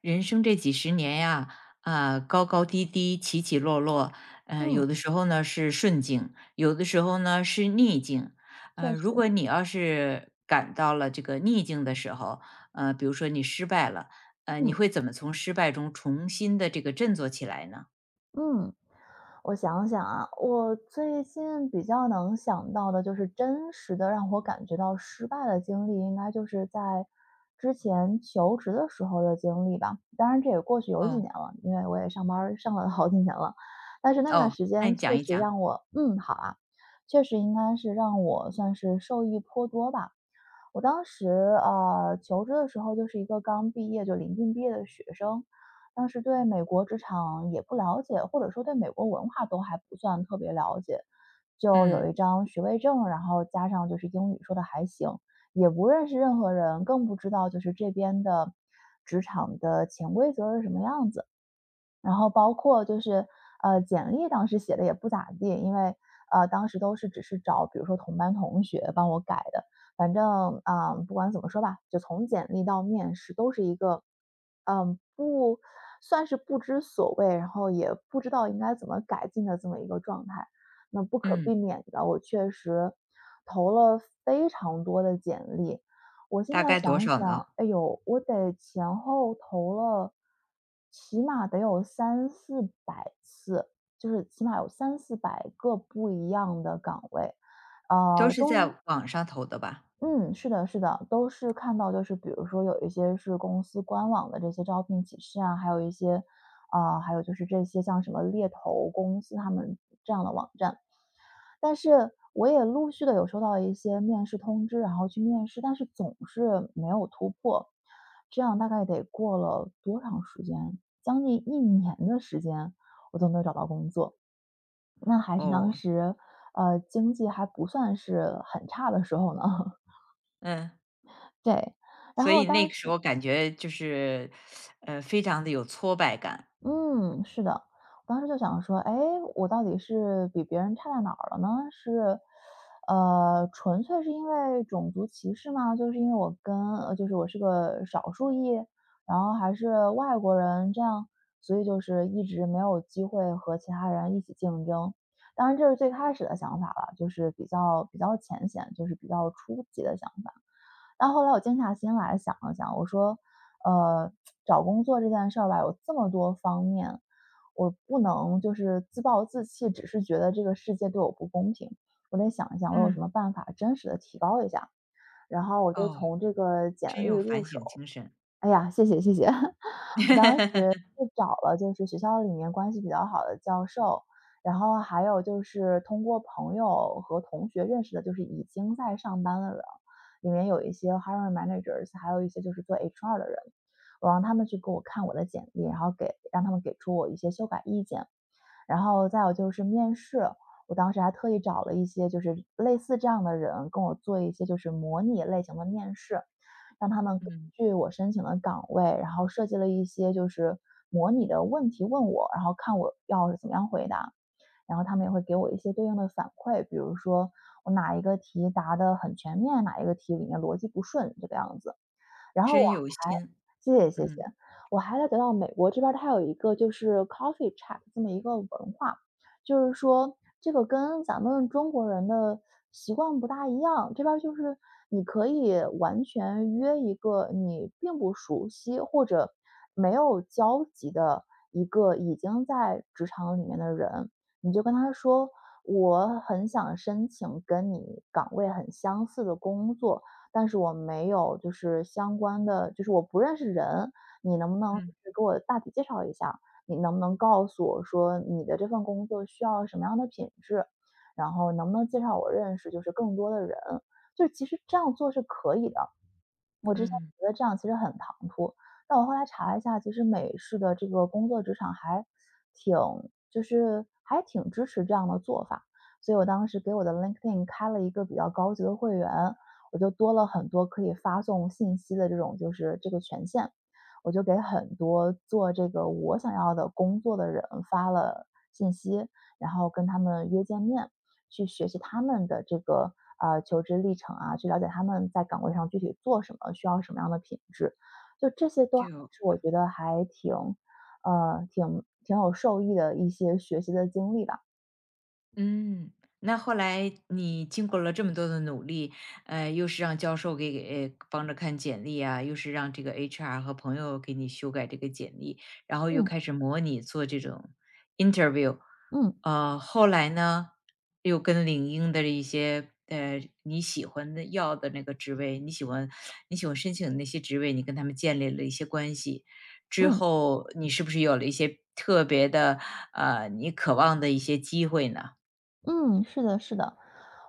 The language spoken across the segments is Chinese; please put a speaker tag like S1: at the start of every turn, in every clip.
S1: 人生这几十年呀，高高低低，起起落落，
S2: 嗯，
S1: 有的时候呢是顺境，有的时候呢是逆境。
S2: 确
S1: 如
S2: 实。
S1: 果你要是感到了这个逆境的时候，比如说你失败了，你
S2: 嗯
S1: 会怎么从失败中重新的这个振作起来呢？
S2: 嗯，我想想啊，我最近比较能想到的就是真实的让我感觉到失败的经历，应该就是在之前求职的时候的经历吧。当然这也过去有几
S1: 哦。
S2: 年了，因为我也上班儿上了好几年了，但是那段
S1: 哦，
S2: 时
S1: 那
S2: 间
S1: 你讲
S2: 确
S1: 一
S2: 实
S1: 讲。
S2: 让我好啊，确实应该是让我算是受益颇多吧。我当时，求职的时候就是一个刚毕业就临近毕业的学生，当时对美国职场也不了解，或者说对美国文化都还不算特别了解，就有
S1: 嗯。
S2: 一张学位证，然后加上就是英语说的还行，也不认识任何人，更不知道就是这边的职场的潜规则是什么样子。然后包括就是，简历当时写的也不咋地，因为，当时都是只是找比如说同班同学帮我改的。反正，啊，不管怎么说吧，就从简历到面试都是一个，嗯，不算是不知所谓，然后也不知道应该怎么改进的这么一个状态。那不可避
S1: 嗯，
S2: 免的，我确实投了非常多的简历，我现
S1: 大
S2: 在
S1: 概多
S2: 想
S1: 少呢？
S2: 想，哎呦，我得前后投了，起码得有三四百次，就是起码有三四百个不一样的岗位。
S1: 都
S2: 呃，
S1: 是
S2: 中
S1: 在网上投的吧？
S2: 嗯，是的是的，都是看到就是比如说有一些是公司官网的这些招聘启事啊，还有一些，啊，还有就是这些像什么猎头公司他们这样的网站。但是我也陆续的有收到一些面试通知，然后去面试，但是总是没有突破。这样大概得过了多长时间？将近一年的时间，我都没有找到工作。那还是当
S1: 哦。
S2: 时，经济还不算是很差的时候呢。
S1: 嗯。
S2: 对，然
S1: 所
S2: 后
S1: 以那
S2: 当
S1: 个时
S2: 时
S1: 候感觉就是，非常的有挫败感。
S2: 嗯，是的。我当时就想说，哎，我到底是比别人差在哪儿了呢？是，纯粹是因为种族歧视吗？就是因为我跟就是我是个少数裔，然后还是外国人这样，所以就是一直没有机会和其他人一起竞争。当然这是最开始的想法了，就是比较浅显，就是比较初级的想法。但后来我静下心来想了想，我说，呃，找工作这件事儿吧，有这么多方面，我不能就是自暴自弃，只是觉得这个世界对我不公平，我得想一想我有什
S1: 嗯。
S2: 么办法真实的提高一下。然后我就
S1: 哦，
S2: 从这个简
S1: 真
S2: 历
S1: 有
S2: 入
S1: 反
S2: 手，
S1: 省精神。
S2: 哎呀，谢谢谢谢。我当时 就找了就是学校里面关系比较好的教授，然后还有就是通过朋友和同学认识的，就是已经在上班的人，里面有一些 hiring managers,还有一些就是做 HR 的人，我让他们去给我看我的简历，然后给让他们给出我一些修改意见。然后再有就是面试，我当时还特意找了一些就是类似这样的人，跟我做一些就是模拟类型的面试，让他们根
S1: 嗯。
S2: 据我申请的岗位，然后设计了一些就是模拟的问题问我，然后看我要怎么样回答，然后他们也会给我一些对应的反馈，比如说我哪一个题答得很全面，哪一个题里面逻辑不顺这个样子。然后我
S1: 真有
S2: 还
S1: 心。
S2: 谢谢谢谢，
S1: 嗯。
S2: 我还在得到美国这边儿它有一个就是 coffee chat 这么一个文化，就是说这个跟咱们中国人的习惯不大一样，这边儿就是你可以完全约一个你并不熟悉或者没有交集的一个已经在职场里面的人，你就跟他说：“我很想申请跟你岗位很相似的工作，但是我没有就是相关的就是我不认识人，你能不能就
S1: 嗯。
S2: 是给我大体介绍一下？你能不能告诉我说你的这份工作需要什么样的品质？然后能不能介绍我认识就是更多的人？就其实这样做是可以的，我之前
S1: 嗯。
S2: 觉得这样其实很唐突，但我后来查了一下，其实美式的这个工作职场挺还挺支持这样的做法。所以我当时给我的 LinkedIn 开了一个比较高级的会员，我就多了很多可以发送信息的这种就是这个权限。我就给很多做这个我想要的工作的人发了信息，然后跟他们约见面。去学习他们的这个呃求职历程啊，去了解他们在岗位上具体做什么，需要什么样的品质，就这些都还
S1: 就
S2: 是我觉得还挺有受益的一些学习的经历吧。
S1: 嗯，那后来你经过了这么多的努力，又是让教授给帮着看简历啊，又是让这个 HR 和朋友给你修改这个简历，然后又
S2: 嗯
S1: 开始模拟做这种 interview。
S2: 嗯
S1: 后来呢，又跟领英的一些你喜欢的要的那个职位，你喜欢申请的那些职位，你跟他们建立了一些关系，之
S2: 嗯。
S1: 后你是不是有了一些特别的你渴望的一些机会呢？
S2: 嗯，是的，是的。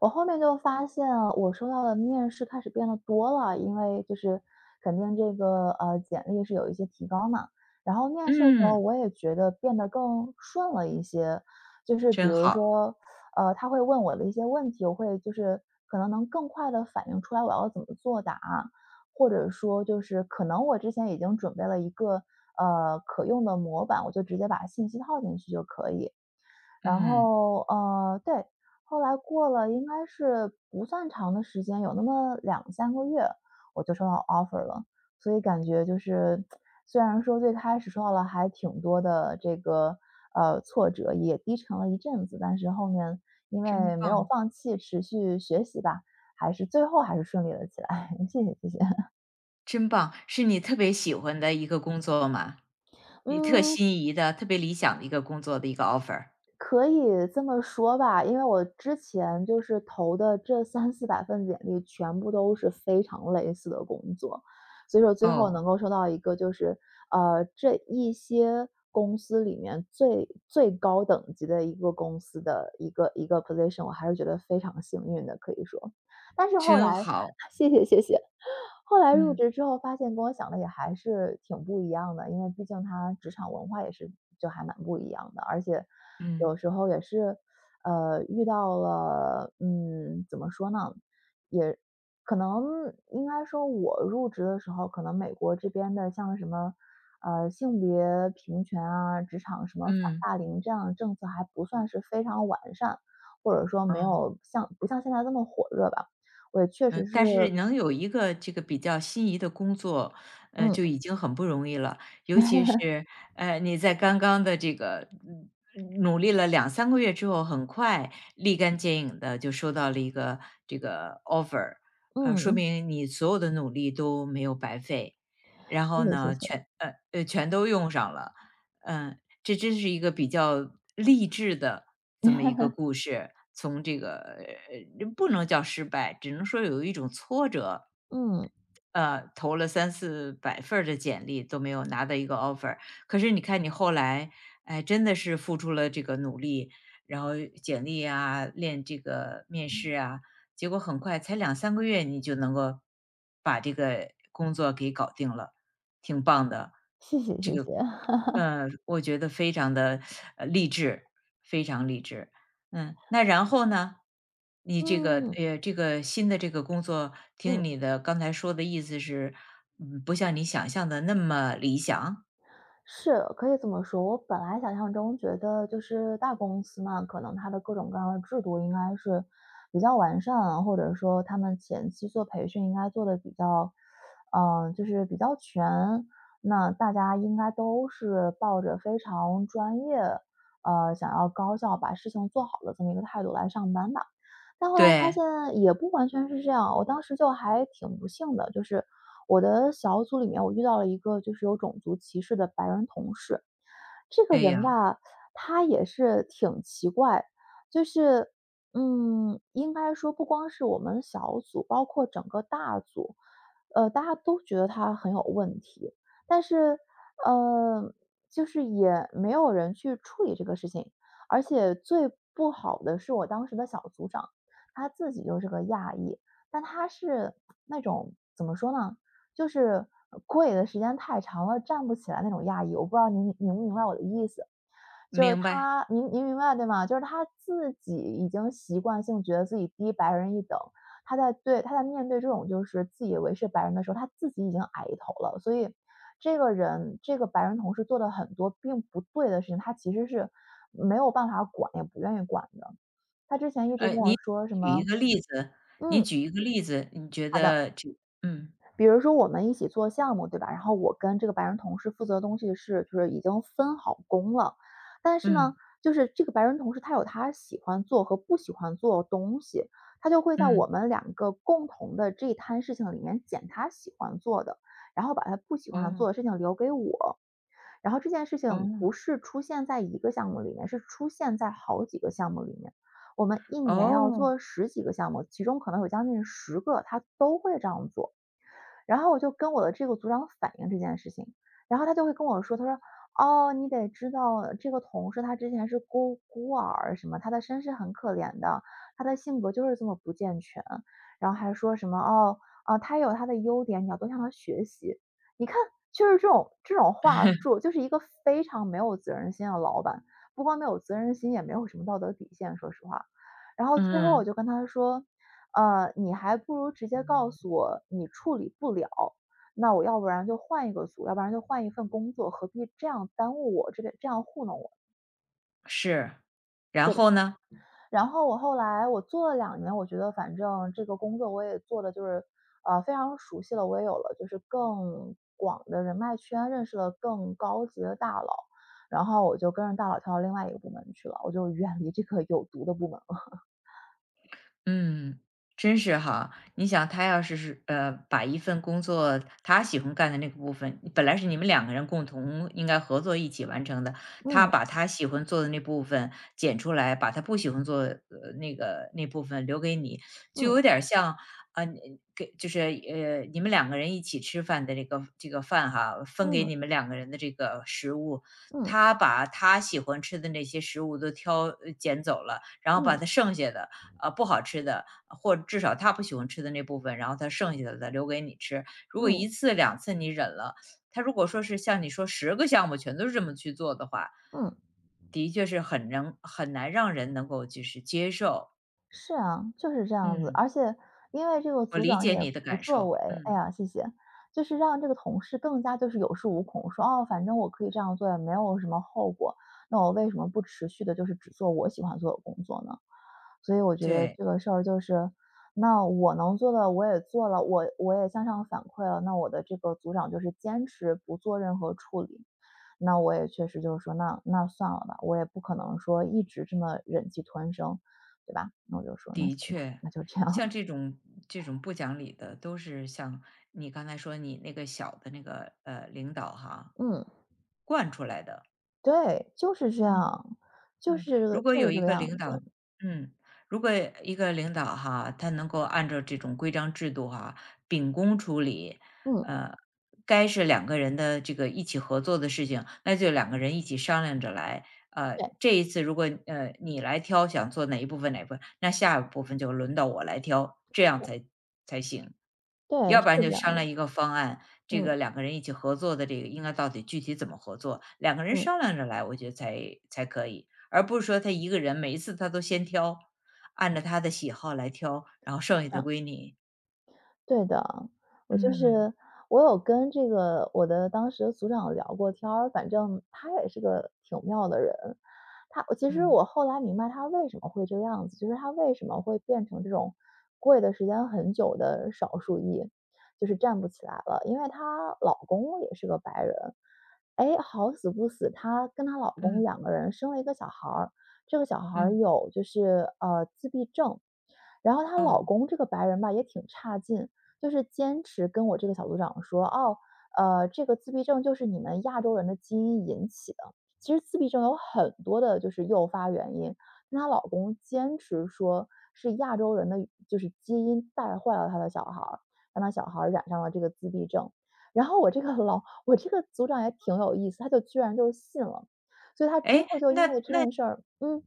S2: 我后面就发现我收到的面试开始变得多了，因为就是肯定这个呃简历是有一些提高嘛。然后面试的时候，
S1: 嗯，
S2: 我也觉得变得更顺了一些，就是比
S1: 真
S2: 如
S1: 好。
S2: 说，他会问我的一些问题，我会就是可能能更快的反映出来我要怎么作答，或者说就是可能我之前已经准备了一个呃可用的模板，我就直接把信息套进去就可以。然
S1: 嗯，
S2: 后，对，后来过了应该是不算长的时间，有那么两三个月，我就收到 offer 了。所以感觉就是，虽然说最开始受到了还挺多的这个，挫折，也低沉了一阵子，但是后面因
S1: 真
S2: 为没有
S1: 棒。
S2: 放弃持续学习吧，最后还是顺利了起来，谢谢谢谢。
S1: 真棒，是你特别喜欢的一个工作吗？你特心
S2: 嗯。
S1: 仪的、特别理想的一个工作的一个 offer。
S2: 可以这么说吧，因为我之前就是投的这三四百份简历全部都是非常类似的工作，所以说最后
S1: 哦，
S2: 能够收到一个就是，这一些公司里面最高等级的一个公司的一个 position,我还是觉得非常幸运的，可以说。但是后
S1: 真
S2: 来
S1: 好。
S2: 谢谢谢谢。后来入
S1: 嗯。
S2: 职之后发现跟我想的也还是挺不一样的，因为毕竟他职场文化也是就还蛮不一样的，而且
S1: 嗯。
S2: 有时候也是，遇到了，嗯，怎么说呢？可能应该说我入职的时候，可能美国这边的像什么，性别平权啊，职场什么反
S1: 嗯。
S2: 霸凌这样的政策还不算是非常完善，或者说没
S1: 哦。
S2: 有像不像现在这么火热吧。我也确实
S1: 嗯，
S2: 是
S1: 但是能有一个这个比较心仪的工作，
S2: 嗯，
S1: 就已经很不容易了。尤其是，你在刚刚的这个努力了两三个月之后，很快立竿见影的就收到了一个这个 offer。
S2: 嗯
S1: 说
S2: 嗯。
S1: 明你所有的努力都没有白费，然
S2: 谢
S1: 后
S2: 谢谢
S1: 呢，
S2: 谢，
S1: 全都用上了。嗯、这真是一个比较励志的这么一个故事，从这个不能叫失败，只能说有一种挫折。
S2: 嗯，
S1: 投了三四百份儿的简历都没有拿到一个 offer，可是你看你后来，哎，真的是付出了这个努力，然后简历啊，练这个面试啊，结果很快才两三个月，你就能够把这个工作给搞定了，挺棒的。
S2: 谢谢谢谢。
S1: 我觉得非常的励志，非常励志。嗯，那然后呢？你这个
S2: 嗯，
S1: 这个新的这个工作，
S2: 嗯，
S1: 听你的刚才说的意思是，嗯，不像你想象的那么理想？
S2: 是，可以这么说。我本来想象中觉得就是大公司嘛，可能它的各种各样的制度应该是比较完善啊或者说他们前期做培训应该做的比较嗯，就是比较全，那大家应该都是抱着非常专业，想要高效把事情做好的这么一个态度来上班吧。但后来发
S1: 对。
S2: 现也不完全是这样，我当时就还挺不幸的，就是我的小组里面，我遇到了一个就是有种族歧视的白人同事。这个
S1: 哎
S2: 人
S1: 呀，
S2: 吧，他也是挺奇怪，就是应该说不光是我们小组，包括整个大组，大家都觉得他很有问题，但是呃，就是也没有人去处理这个事情。而且最不好的是我当时的小组长，他自己就是个亚裔，但他是那种怎么说呢，就是跪的时间太长了，站不起来那种亚裔，我不知道您明不明白我的意思。就是
S1: 明白。
S2: 他您明白对吗？就是他自己已经习惯性觉得自己低白人一等，他在面对这种就是自以为是白人的时候，他自己已经矮一头了。所以这个人这个白人同事做的很多并不对的事情，他其实是没有办法管，也不愿意管的。他之前一直跟我说什
S1: 举一
S2: 么。
S1: 个例子，你
S2: 嗯，
S1: 举一个例子，你觉
S2: 好的。
S1: 得就嗯。
S2: 比如说我们一起做项目，对吧？然后我跟这个白人同事负责的东西是，就是已经分好工了。但是呢，
S1: 嗯。
S2: 就是这个白人同事他有他喜欢做和不喜欢做的东西，他就会在我
S1: 嗯。
S2: 们两个共同的这一摊事情里面捡他喜欢做的，然后把他不喜欢做
S1: 哦。
S2: 的事情留给我。然后这件事情
S1: 哦。
S2: 不是出现在一个项目里面，是出现在好几个项目里面。我们一年要
S1: 哦。
S2: 做十几个项目，其中可能有将近十个，它都会这样做。然后我就跟我的这个组长反映这件事情，然后他就会跟我说，他说：“哦，你得知道这个同事他之前是孤儿什么，他的身世很可怜的，他的性格就是这么不健全。”然后还说什么：“哦，啊，他有他的优点，你要多向他学习。”你看，就是这种话术，就是一个非常没有责任心的老板，不光没有责任心，也没有什么道德底线，说实话。然后最后我
S1: 嗯，
S2: 就跟他说你还不如直接告诉我你处理不了，那我要不然就换一个组，要不然就换一份工作，何必这样耽误我，这边，这样糊弄我，
S1: 是。然
S2: 对吧？
S1: 后呢？
S2: 然后我后来做了两年，我觉得反正这个工作我也做的就是，非常熟悉了，我也有了就是更广的人脉圈，认识了更高级的大佬，然后我就跟着大佬跳到另外一个部门去了，我就远离这个有毒的部门了。
S1: 嗯，真是哈。你想他要是是把一份工作他喜欢干的那个部分，本来是你们两个人共同应该合作一起完成的，他
S2: 嗯
S1: 把他喜欢做的那部分剪出来，把他不喜欢做的那部分留给你，就
S2: 嗯
S1: 有点儿像啊，你给你们两个人一起吃饭的这个饭哈，分给
S2: 嗯
S1: 你们两个人的这个食物，
S2: 嗯
S1: 他把他喜欢吃的那些食物都捡走了，然后把
S2: 嗯
S1: 他剩下的。不好吃的，或至少他不喜欢吃的那部分，然后他剩下的再留给你吃。如果
S2: 嗯
S1: 一次两次你忍了，他如果说是像你说十个项目全都是这么去做的话，
S2: 嗯。
S1: 的确是很难让人能够就是接受。
S2: 是啊，就是这样子。
S1: 嗯，
S2: 而且因为这个
S1: 我
S2: 组
S1: 理
S2: 长
S1: 解
S2: 也
S1: 你的
S2: 不
S1: 感
S2: 作
S1: 受。
S2: 为，哎
S1: 嗯。
S2: 呀，谢谢，就是让这个同事更加就是有恃无恐，说哦，反正我可以这样做，也没有什么后果，那我为什么不持续的，就是只做我喜欢做的工作呢？所以我觉得
S1: 对。
S2: 这个事儿就是，那我能做的我也做了，我也向上反馈了，那我的这个组长就是坚持不做任何处理，那我也确实就是说，那算了吧，我也不可能说一直这么忍气吞声，对吧？那我就说那
S1: 的
S2: 行吧，
S1: 确。
S2: 那就这样。
S1: 像这 种这种不讲理的，都是像你刚才说你那个小的那个，领导哈，
S2: 嗯，
S1: 惯出来的。
S2: 对，就是这
S1: 嗯。
S2: 样，就
S1: 嗯，
S2: 是
S1: 如果
S2: 就是
S1: 有
S2: 这
S1: 一
S2: 个
S1: 个
S2: 样
S1: 领导，
S2: 子。
S1: 嗯，如果一个领导哈，他能够按照这种规章制度哈，秉公处理，
S2: 嗯，
S1: 呃，该是两个人的这个一起合作的事情，那就两个人一起商量着来。
S2: 对，
S1: 这一次如果你来挑想做哪一部分，那下一部分就轮到我来挑，这样才行。
S2: 对，
S1: 要
S2: 是
S1: 不然
S2: 这
S1: 就
S2: 样
S1: 商
S2: 的。
S1: 量一个方案，这
S2: 嗯
S1: 个两个人一起合作的这个应该到底具体怎么合作，两个人
S2: 嗯
S1: 商量着来，我觉得才可以。而不是说他一个人每一次他都先挑，按照他的喜好来挑，然后剩下的
S2: 嗯，
S1: 归你。
S2: 对的，我就
S1: 嗯。
S2: 是我有跟这个我的当时的组长聊过天儿，反正他也是个挺妙的人，她其实
S1: 嗯。
S2: 我后来明白她为什么会这样子，就是她为什么会变成这种跪的时间很久的少数裔，就是站不起来了。因为她老公也是个白人，哎，好死不死，她跟她老公
S1: 嗯。
S2: 两个人生了一个小孩儿，这个小孩儿
S1: 嗯。
S2: 有就是自闭症，然后她
S1: 哦。
S2: 老公这个白人吧也挺差劲，就是坚持跟我这个小组长说：“哦，这个自闭症就是你们亚洲人的基因引起的。”其实自闭症有很多的就是诱发原因，但她老公坚持说是亚洲人的就是基因带坏了他的小孩儿，让他小孩儿染上了这个自闭症。然后我这个组长也挺有意思，他就居然就信了，所以他之
S1: 哎，
S2: 后就因
S1: 那
S2: 为这件事儿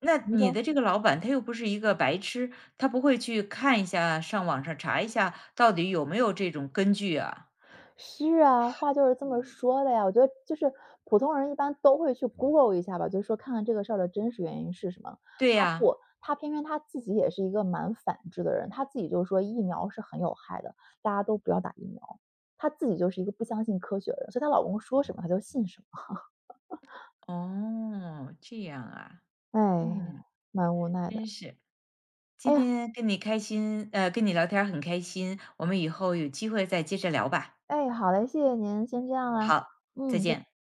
S1: 那
S2: 您
S1: 你
S2: 说。
S1: 的这个老板他又不是一个白痴，他不会去看一下上网上查一下到底有没有这种根据啊？
S2: 是啊，话就是这么说的呀。我觉得就是普通人一般都会去 Google 一下吧，就是说看看这个事儿的真实原因是什么。
S1: 对
S2: 他不，
S1: 呀。
S2: 他偏偏他自己也是一个蛮反制的人，他自己就说疫苗是很有害的，大家都不要打疫苗。他自己就是一个不相信科学的人，所以她老公说什么她就信什么。
S1: 哦，这样啊。
S2: 哎，
S1: 嗯，
S2: 蛮无奈
S1: 真
S2: 的。
S1: 是。
S2: 哎
S1: 今
S2: 呀，
S1: 天跟你跟你聊天儿很开心，我们以后有机会再接着聊吧。
S2: 哎，好嘞，谢谢您，先这样啦。
S1: 好，再
S2: 嗯，再见
S1: 见。